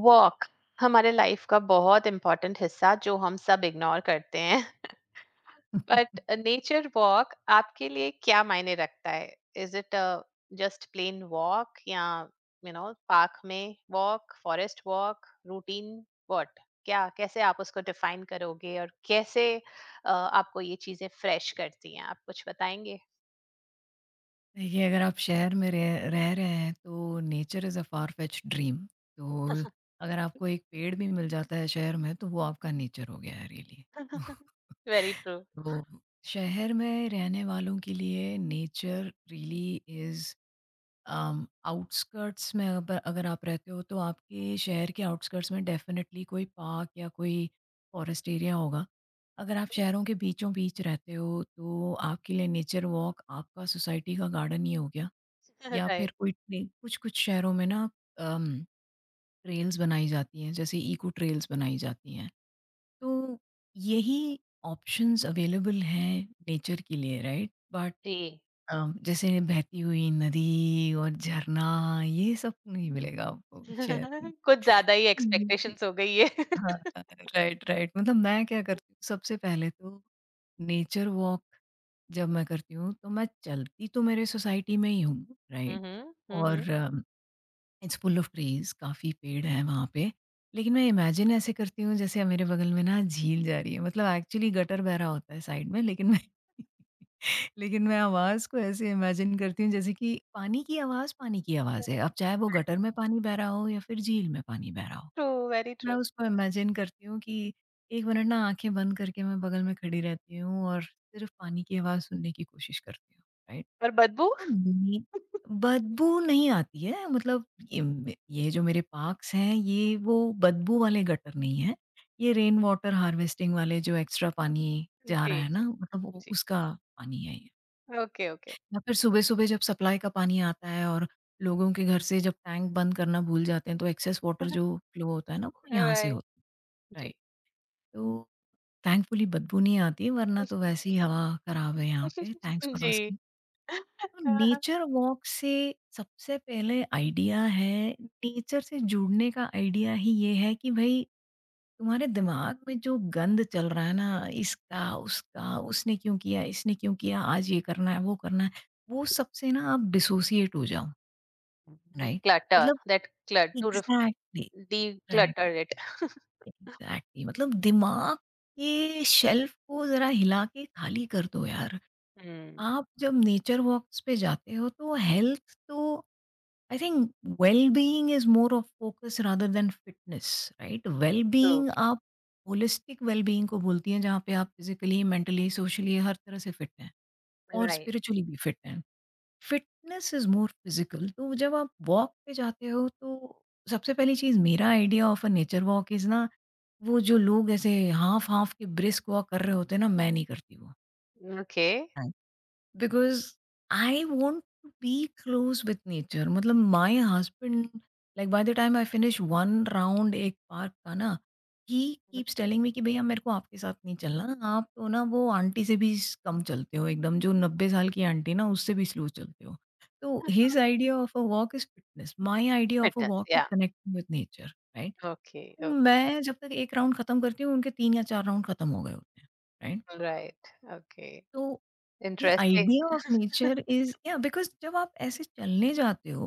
Walk हमारे life का बहुत इम्पोर्टेंट हिस्सा जो हम सब इग्नोर करते हैं. बट नेचर वॉक आपके लिए क्या मायने रखता है? Is it just plain walk या यू नो पार्क में walk, forest walk, routine? What क्या कैसे आप उसको डिफाइन करोगे, और कैसे आपको ये चीजें फ्रेश करती हैं? आप कुछ बताएंगे. देखिए, अगर आप शहर में रह रह रहे हैं तो nature is a far fetched dream. तो अगर आपको एक पेड़ भी मिल जाता है शहर में तो वो आपका नेचर हो गया है रियली। Very true. तो शहर में रहने वालों के लिए नेचर रियली इज़ आउटस्कर्ट्स में अगर अगर आप रहते हो तो आपके शहर के आउटस्कर्ट्स में डेफिनेटली कोई पार्क या कोई फॉरेस्ट एरिया होगा। अगर आप शहरों के बीचों बीच रहते हो तो आपके लिए नेचर वॉक आपका सोसाइटी का गार्डन ही हो गया या राइट. फिर कोई ट्रे कुछ-कुछ शहरों में ना अम, ट्रेल्स बनाई जाती हैं जैसे इको ट्रेल्स बनाई जाती हैं। तो यही ऑप्शंस अवेलेबल हैं नेचर के लिए राइट बट जी. जैसे बहती हुई नदी और झरना ये सब नहीं मिलेगा आपको शहर में। कुछ ज़्यादा ही जी। एक्सपेक्टेशंस हो गई है. हाँ, राइट राइट। मतलब मैं क्या करती हूँ सबसे पहले तो नेचर वॉक जब मैं करती हूँ तो मैं चलती तो मेरे सोसाइटी में ही हूँ हुँ, राइट। हुँ. हुँ, और हुँ. इट्स फुल ऑफ ट्रीज, काफ़ी पेड़ हैं वहाँ पे। लेकिन मैं इमेजिन ऐसे करती हूँ जैसे मेरे बगल में ना झील जा रही है, मतलब एक्चुअली गटर बह रहा होता है साइड में, लेकिन मैं लेकिन मैं आवाज़ को ऐसे इमेजिन करती हूँ जैसे कि पानी की आवाज़, पानी की आवाज़ है। अब चाहे वो गटर में पानी बह रहा हो या फिर झील में पानी बह रहा हो। ट्रू, वेरी मैं ट्रू. उसको इमेजिन करती हूँ कि 1 मिनट ना आँखें बंद करके मैं बगल में खड़ी रहती हूँ और सिर्फ़ पानी की आवाज़ सुनने की कोशिश करती हूँ। राइट? पर बदबू? नहीं, बदबू नहीं आती है, मतलब इम ये जो मेरे पार्क्स हैं ये वो बदबू वाले गटर नहीं है। ये रेन वाटर हार्वेस्टिंग वाले जो एक्स्ट्रा पानी जा जी, रहा है ना, जी. मतलब वो जी. उसका पानी है ये। Okay, okay. या फिर सुबह-सुबह जब सप्लाई का पानी आता है और लोगों के घर से जब टैंक बंद करना भूल जाते हैं तो एक्सेस वाटर जो फ्लो होता है ना वो यहाँ से ऑलराइट. होता है। जी. राइट, तो थैंकफुली बदबू नहीं आती, वरना तो वैसे ही हवा खराब है यहाँ पे। थैंक्स फॉर जी. आस्किंग। हाँ, तो हाँ. नेचर वॉक से सबसे पहले आइडिया है नेचर से जुड़ने का। आइडिया ही ये है कि भाई तुम्हारे दिमाग में जो गंद चल रहा है ना, इसका उसका, उसने क्यों किया, इसने क्यों किया, आज ये करना है वो करना है, वो सबसे ना आप डिसोसिएट हो जाओ राइट। Clutter, मतलब that clutter to exactly, right declutter it. Exactly. मतलब दिमाग के शेल्फ को जरा हिला के खाली कर दो यार। Mm, आप जब नेचर वॉक्स पे जाते हो तो हेल्थ तो I think well being is more of focus rather than fitness, right? Well true. being आप होलिस्टिक वेल बीइंग को बोलती हैं जहाँ पे आप फिजिकली, मेंटली, सोशली हर तरह से फिट हैं और Right. स्पिरिचुअली भी फिट हैं। Fitness is more physical. तो जब आप वॉक पे जाते हो तो सबसे पहली चीज़, मेरा idea of a nature walk is ना, वो जो लोग ऐसे हाफ हाफ के ब्रिस्क वॉक कर रहे होते हैं ना, मैं नहीं करती वो, Okay. because I want to be close with nature. मतलब my husband, like by the time I finish one round, एक पार का ना, he Mhm. keeps telling me कि भैया, मेरे को आपके साथ नहीं चलना, आप तो ना, वो आंटी से भी कम चलते हो, एकदम जो 90 साल की आंटी ना, उससे भी slow चलते हो। तो his Okay. idea of a walk is fitness, my idea of a Fitness. walk is Yeah. connecting with nature, right. Okay. Okay. मैं जब तक एक round खत्म करती हूँ, उनके 3 या 4 round खत्म हो गए होते हैं, right. Right. Okay. तो the Interesting. Idea of nature is, या बिकॉज जब आप ऐसे चलने जाते हो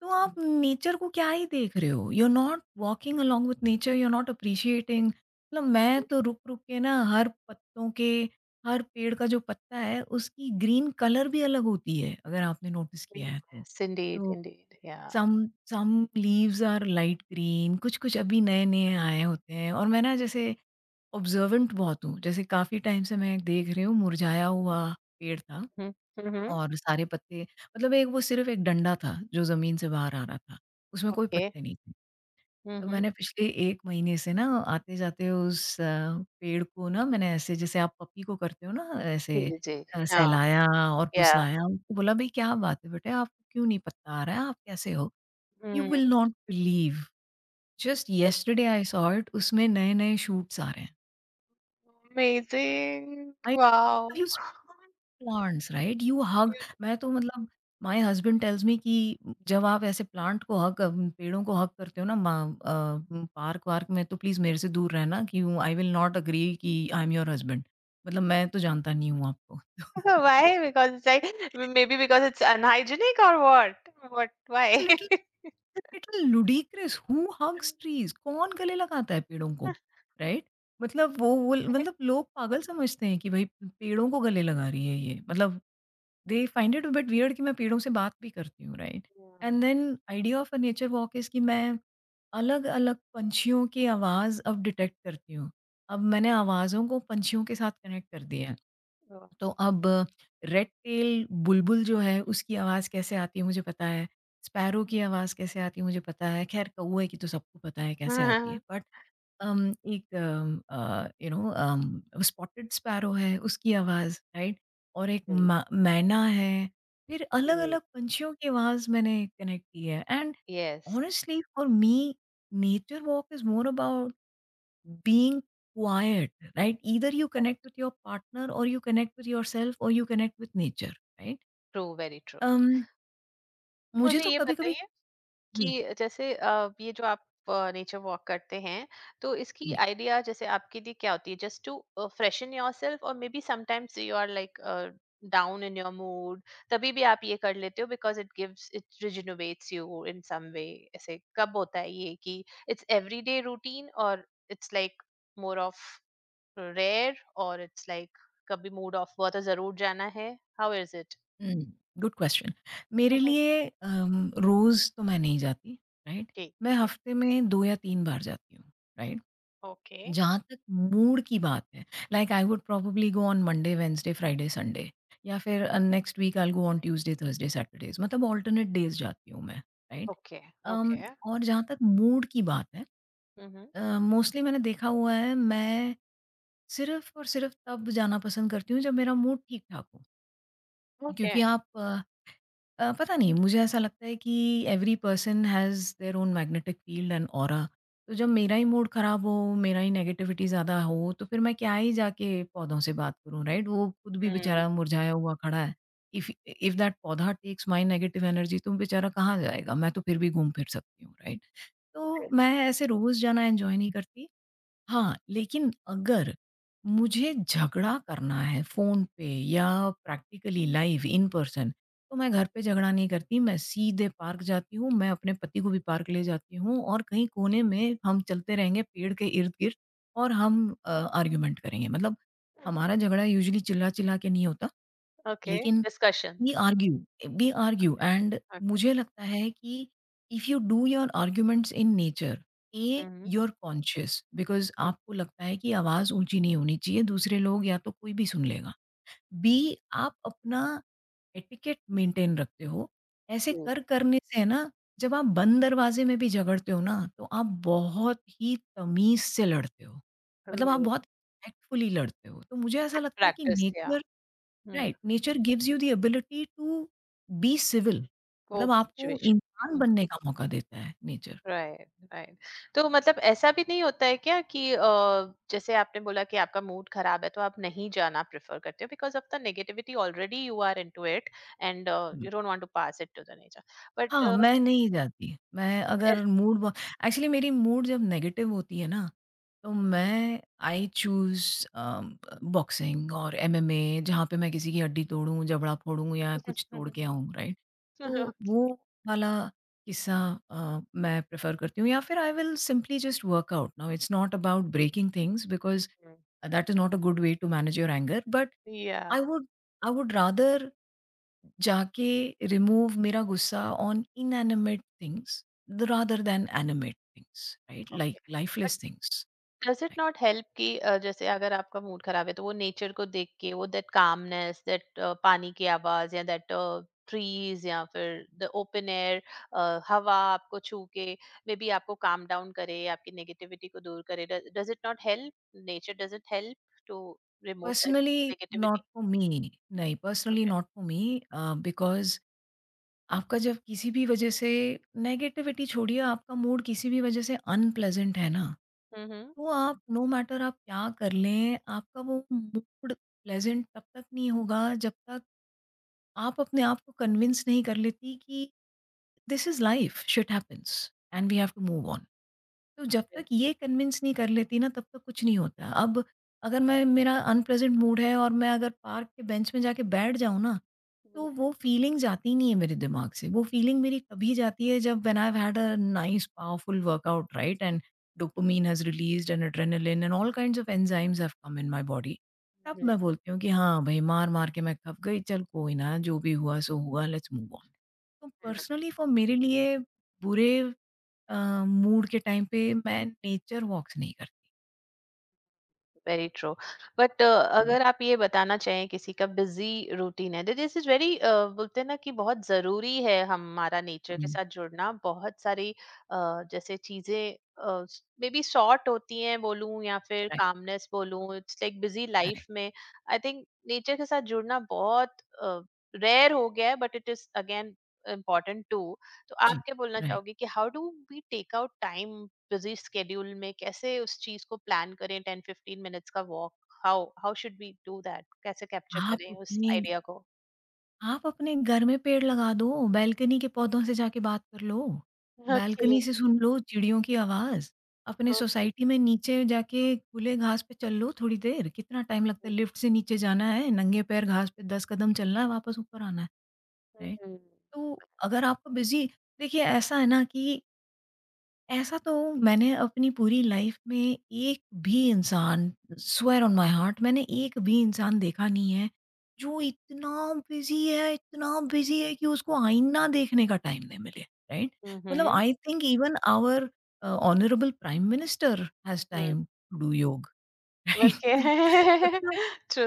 तो आप Mhm. नेचर को क्या ही देख रहे हो, you are not walking along with nature, you are not appreciating. मतलब मैं तो रुक रुक के ना हर पत्तों के, हर पेड़ का जो पत्ता है उसकी ग्रीन कलर भी अलग होती है अगर आपने नोटिस किया है तो। Yes, indeed. तो Indeed. Yeah. Some some leaves are light green, कुछ कुछ अभी नए नए आए होते हैं। और मैं ना जैसे ऑब्जर्वेंट बहुत हूँ, जैसे काफ़ी टाइम से मैं देख रही हूँ, मुरझाया हुआ पेड़ था Mm-hmm. Mm-hmm. और सारे पत्ते, मतलब एक वो सिर्फ़ एक डंडा था, जो ज़मीन से बाहर आ रहा था, उसमें कोई Okay. पत्ते नहीं थे। तो Mm-hmm. मैंने पिछले 1 महीने से ना आते-जाते उस पेड़ को ना मैंने ऐसे, जैसे आप पप्पी को करते हो ना ऐसे, Easy. Yeah. सहलाया और Yeah. फुसलाया, उनको बोला, भई क्या बात है बेटे, आपको क्यों नहीं पत्ता आ रहा है, आप कैसे हो? You Mm. Will not believe, just yesterday I saw it, उसमें नए-नए शूट्स आ रहे हैं। Amazing. Wow. I plants right you hug, मैं तो मतलब, माय हस्बैंड टेल्स मी कि जब आप ऐसे प्लांट को हग, पेड़ों को हग करते हो ना पार्क वार्क में, तो प्लीज मेरे से दूर रहना, कि आई विल नॉट अग्री कि आई एम योर हस्बैंड, मतलब मैं तो जानता नहीं हूँ आपको। Why? Because it's like maybe because it's unhygienic or what? What? It's Why? Little little ludicrous, who hugs trees, कौन गले लगाता है पेड़ों को, राइट? मतलब वो मतलब लोग पागल समझते हैं कि भाई पेड़ों को गले लगा रही है ये, मतलब they find it a bit weird कि मैं पेड़ों से बात भी करती हूँ, right? Yeah. And then idea of a nature walk is कि मैं अलग-अलग पंछियों की आवाज़ अब डिटेक्ट करती हूँ। अब मैंने आवाज़ों को पंछियों के साथ कनेक्ट कर दिया है। Oh. तो अब रेड टेल बुलबुल जो है उसकी आवाज़ कैसे आती है मुझे पता है, स्पैरो की आवाज़ कैसे आती है मुझे पता है, खैर कौवे की तो सबको पता है कैसे आती है बट अम, एक यू नो स्पॉटेड स्पैरो है उसकी आवाज़ राइट, और एक मैना है। फिर अलग Mm. अलग पंछियों की आवाज़ मैंने कनेक्ट की है and yes. Honestly for me nature walk is more about being quiet, right, either you connect with your partner और you connect with yourself और you connect with nature, right. True, very true. मुझे मुझे तो ये कभी कभी बताइए कि जैसे ये जो आप नेचर वॉक करते हैं, तो इसकी आइडिया जैसे आपके लिए क्या होती है? जस्ट टू फ्रेशन योरसेल्फ, और maybe sometimes you are like down in your mood, तभी भी आप ये कर लेते हो because it gives it rejuvenates you in some way. ऐसे कब होता है ये? कि इट्स एवरीडे रूटीन, और it's like more of rare, और इट्स लाइक कभी मूड ऑफ हुआ तो जरूर जाना है. How is it? Hmm, good question. मेरे लिए रोज़ तो मैं नहीं जाती, राइट? जी, मैं जी, हफ़्ते में 2 या 3 बार जाती हूँ, राइट? ओके. जहाँ तक मूड की बात है, like I would probably go on Monday, Wednesday, Friday, Sunday, या फिर next week I will go on Tuesday, Thursday, Saturdays, मतलब अल्टरनेट डेज़ जाती हूँ मैं, राइट? ओके. अम, ओके. और जहाँ तक मूड की बात है, हुँ, हुँ. मोस्टली मैंने देखा हुआ है, मैं सिर्फ़ और सिर्फ़ तब जाना पसंद करती हूँ जब मेरा मूड ठीक-ठाक हो। ओके. क्योंकि आप पता नहीं, मुझे ऐसा लगता है कि every person has their own magnetic field and aura. तो जब मेरा ही मूड ख़राब हो, मेरा ही नेगेटिविटी ज़्यादा हो, तो फिर मैं क्या ही जाके पौधों से बात करूँ, राइट? वो खुद भी हुँ, बेचारा मुरझाया हुआ खड़ा है। इफ इफ दैट पौधा टेक्स माय नेगेटिव एनर्जी तो बेचारा कहाँ जाएगा? मैं तो फिर भी घूम फिर सकती हूँ, राइट? तो राइट. मैं ऐसे रोज़ जाना एन्जॉय नहीं करती। हाँ, लेकिन अगर मुझे झगड़ा करना है फ़ोन पे या प्रैक्टिकली लाइव इन पर्सन, तो मैं घर पे झगड़ा नहीं करती, मैं सीधे पार्क जाती हूँ, मैं अपने पति को भी पार्क ले जाती हूँ और कहीं कोने में हम चलते रहेंगे पेड़ के इर्द-गिर्द, और हम आर्गुमेंट करेंगे। मतलब हमारा झगड़ा यूजुअली चिल्ला-चिल्ला के नहीं होता, ओके. लेकिन Discussions. We argue and Okay. मुझे लगता है कि if you do your arguments in nature, uh, Mhm. You are conscious, because Mm. आपको लगता है कि आवाज ऊंची नहीं होनी चाहिए, दूसरे लोग या तो कोई भी सुन लेगा, बी, आप अपना एटिकेट मेंटेन रखते हो ऐसे True. कर करने से है ना। जब आप बंद दरवाजे में भी झगड़ते हो ना तो आप बहुत ही तमीज से लड़ते हो, मतलब आप Right. बहुत एक्टफुली लड़ते हो। तो मुझे ऐसा Good लगता है कि practice, yeah. Nature, Hmm. Right, nature gives you the ability to be civil, मतलब Hope आपको situation. इंसान हुँ, बनने का मौका देता है नेचर। Right, right. तो मतलब ऐसा भी नहीं होता है क्या कि जैसे आपने बोला कि आपका मूड ख़राब है, तो आप नहीं जाना प्रेफ़र करते हो because of the negativity, already you are into it, and you don't want to pass it to the nature, but. हाँ, मैं नहीं जाती। मैं अगर मूड ब एक्चुअली मेरी मूड जब नेगेटिव होती है ना, तो मैं आई चूज़, अ, बॉक्सिंग और एमएमए, जहाँ पे मैं किसी की हड्डी तोड़ूँ, जबड़ा फोड़ूँ या कुछ तोड़ के आऊँ, राइट? तो अ, वो वाला किस्सा मैं प्रेफ़र करती हूँ, या फिर I will simply just workout. Now it's not about breaking things because Mhm. That is not a good way to manage your anger, but yeah, I would I would rather जाके remove मेरा गुसा on inanimate things rather than animate things, right? Like okay. lifeless things, does it right? Not help कि जैसे अगर आपका mood खराब है, तो वो नेचर को देख के वो दैट कामनेस, दैट पानी की आवाज, या दैट ट्रीज, या फिर द ओपन एयर, हवा आपको छू के, मे बी आपको काम डाउन करे, आपकी नेगेटिविटी को दूर करे? Does it not help? Nature does it help to remove that Personally not negativity? for me नहीं, personally not for me because आपका जब किसी भी वज़े से negativity छोड़िया आपका mood किसी भी वज़े से unpleasant है ना, हम्म. तो आप no matter आप क्या कर लें, आपका mood pleasant तब तक नहीं होगा जब तक आप अपने आपको convince नहीं कर लेती क this is life shit happens and we have to move on. तो जब तक ये कन्विंस नहीं कर लेती ना तब तक कुछ नहीं होता। अब अगर मैं मेरा अनप्रेजेंट मूड है और मैं अगर पार्क के बेंच में जाके बैठ जाऊँ ना, तो वो फीलिंग जाती नहीं है मेरे दिमाग से। वो फीलिंग मेरी कभी जाती है जब when I had a nice powerful workout, right? And dopamine has released and adrenaline and all kinds of enzymes have come in my body. तब हम्म. मैं बोलती हूँ कि हाँ भाई, मार मार के मैं थक गई, चल कोई ना, जो भी हुआ सो हुआ, लेट्स मूव ऑन। तो पर्सनली फॉर मेरे लिए बुरे अ, मूड के टाइम पे मैं नेचर वॉक्स नहीं करती। Very true. बट हुँ, अगर आप ये बताना चाहें, किसी का बिजी रूटीन है, दिस इज वेरी बोलते हैं ना कि बहुत जरूरी है हमारा नेचर के हुँ। साथ जुड़ना, बहुत सारी जैसे चीजें मे बी शॉर्ट होती हैं बोलूं, या फिर राइट, कामनेस बोलूं, it's like busy life correct. में आई थिंक नेचर के साथ जुड़ना बहुत रेयर हो गया है, but it is again important to. तो आप जी, क्या बोलना राइट। चाहोगे कि how do we take out time busy schedule में, कैसे उस चीज को प्लान करें, 10-15 मिनट्स का walk? How how should we do that? कैसे कैप्चर आप करें उस अपने आइडिया को? आप अपने घर में पेड़ लगा दो, बालकनी के पौधों से जाके बात कर लो, ओके. बालकनी से सुन लो चिड़ियों की आवाज़, अपने ओके. सोसाइटी में नीचे जाके खुले घास पे चल लो थोड़ी देर। कितना टाइम लगता है? लिफ्ट से नीचे जाना है, नंगे पैर घास पे 10 कदम चलना है, वापस ऊपर आना है। राइट। तो अगर आपका बिज़ी, देखिए ऐसा है ना कि ऐसा तो मैंने अपनी पूरी लाइफ में एक भी इंसान, स्वेयर ऑन माय हार्ट, मैंने एक भी इंसान देखा नहीं है जो इतना बिजी है, इतना बिजी है कि उसको आईना देखने का टाइम नहीं मिले। राइट। मतलब hmm. I think even our honourable prime minister has time to do yoga, right? Okay. तो मतलब ट्रू.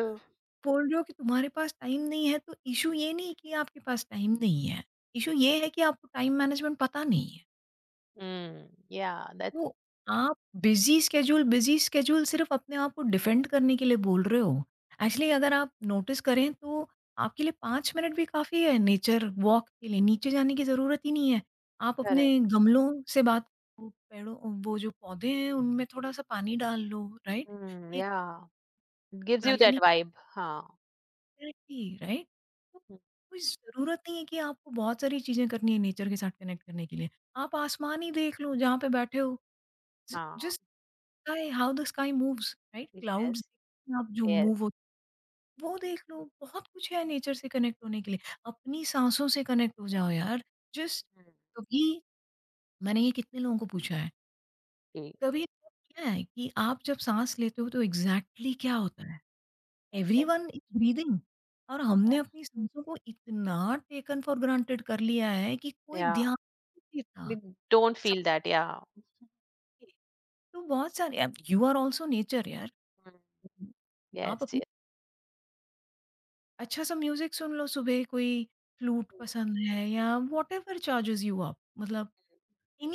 बोल रहे हो कि तुम्हारे पास टाइम नहीं है, तो इशू ये नहीं कि आपके पास टाइम नहीं है। इशू ये है कि आपको टाइम मैनेजमेंट पता नहीं है। हम्म, या. दैट्स तो आप बिज़ी स्केड्यूल सिर्फ़ अपने आप को डिफेंड करने के लिए बोल रहे हो। एक्चुअली अगर आप नोटिस करें तो आपके लिए 5 मिनट भी काफ़ी है नेचर वॉक के लिए, नीचे जाने की ज़रूरत ही नहीं है। आप अपने करेक्ट. गमलों से बात, वो पेड़ों वो जो पौधे हैं उनमें थोड़ा-सा पानी डाल लो, राइट? हम्म, एक yeah, gives you that balcony vibe. हाँ. कनेक्ट की, राइट? तो हम्म, कोई ज़रूरत नहीं है कि आपको बहुत सारी चीज़ें करनी है नेचर के साथ कनेक्ट करने के लिए। आप आसमान ही देख लो जहाँ पे बैठे हो। ज हाँ. Just sky, how the sky moves, right? Yes. Clouds आप जो यस. मूव हो वो देख लो। बहुत कुछ है नेचर से कनेक्ट होने के लिए। अपनी सांसों से कनेक्ट हो जाओ यार, जस्ट। हम्म. कभी मैंने ये कितने लोगों को पूछा है, कभी आप- क्या है कि आप जब सांस लेते हो तो एग्जैक्टली exactly क्या होता है? Every Yes, one is breathing, और हमने yeah. अपनी सांसों को इतना टेकन फॉर ग्रांटेड कर लिया है कि कोई Yeah, ध्यान नहीं देता। we don't feel that, yeah. सबके, तो बहुत सारे यू आर ऑल्सो नेचर यार। Mm. आप Yes, अपनी ye. अच्छा-सा म्यूज़िक सुन लो सुबह, कोई फ्लूट पसंद है या व्हाटएवर चार्जेस यू अप। मतलब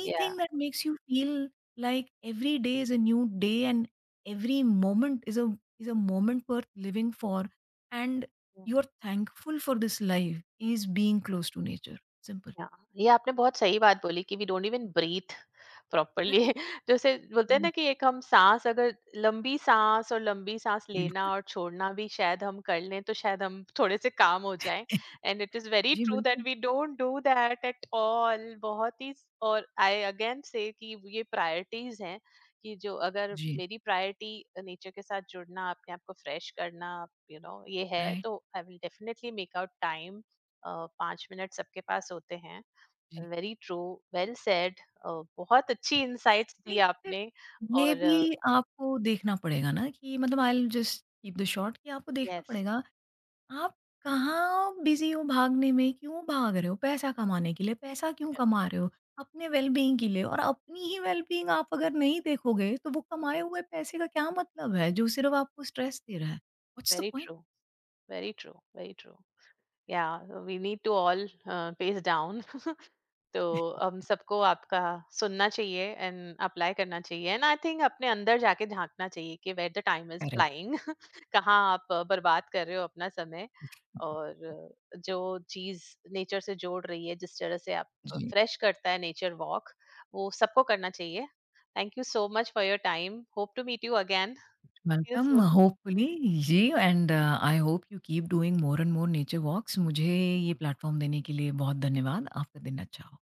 Yeah. That makes you feel like every day is a new day and every moment is a moment worth living for and you are thankful for this life is being close to nature, simple. Yeah, ये आपने बहुत सही बात बोली कि we don't even breathe properly. Correct. जैसे बोलते हैं हुँ, ना कि एक हम सांस, अगर लंबी सांस और लंबी सांस लेना बिल्कुल। और छोड़ना भी शायद हम कर लें, तो शायद हम थोड़े से काम हो जाएं. एंड इट इज वेरी जी, ट्रू दैट बिल्कुल। We don't do that at all. बहुत ही स- और आई अगेन से कि ये प्रायोरिटीज हैं कि जो अगर जी, मेरी प्रायोरिटी नेचर के साथ जुड़ना, अपने आप को फ्रेश करना यू you नो know, ये है, राइट, तो I will definitely make out time. Uh, 5 minute सबके पास होते हैं. जी। Very true. Well said. बहुत अच्छी इंसाइट्स दी नहीं, फिर आपने. ये और भी आपको देखना पड़ेगा ना कि मतलब I will just keep the short, कि आपको देखना यस. पड़ेगा आप कहाँ बिजी हो भागने में? क्यों भाग रहे हो? पैसा कमाने के लिए। पैसा क्यों कमा रहे हो? अपने वेल-बीइंग के लिए। और अपनी ही वेल-बीइंग आप अगर नहीं देखोगे, तो वो कमाए हुए पैसे का क्या मतलब है, जो सिर्फ़ आपको स्ट्रेस दे रहा है? What's the very point? True. Very true, very true. Yeah, we need to all pace down. तो हम सबको आपका सुनना चाहिए, एंड अप्लाई करना चाहिए, एंड आई थिंक अपने अंदर जाके झांकना चाहिए कि where the time is correct, flying, कहाँ आप बर्बाद कर रहे हो अपना समय, और जो चीज नेचर से जोड़ रही है, जिस तरह से आप जी। फ्रेश करता है नेचर वॉक, वो सबको करना चाहिए. Thank you so much for your time, hope to meet you again. Welcome, hopefully जी, and I hope you keep doing more and more nature walks. मुझे ये प्लेटफ़ॉर्म देने के लिए बहुत धन्यवाद। आपका दिन अच्छा हो।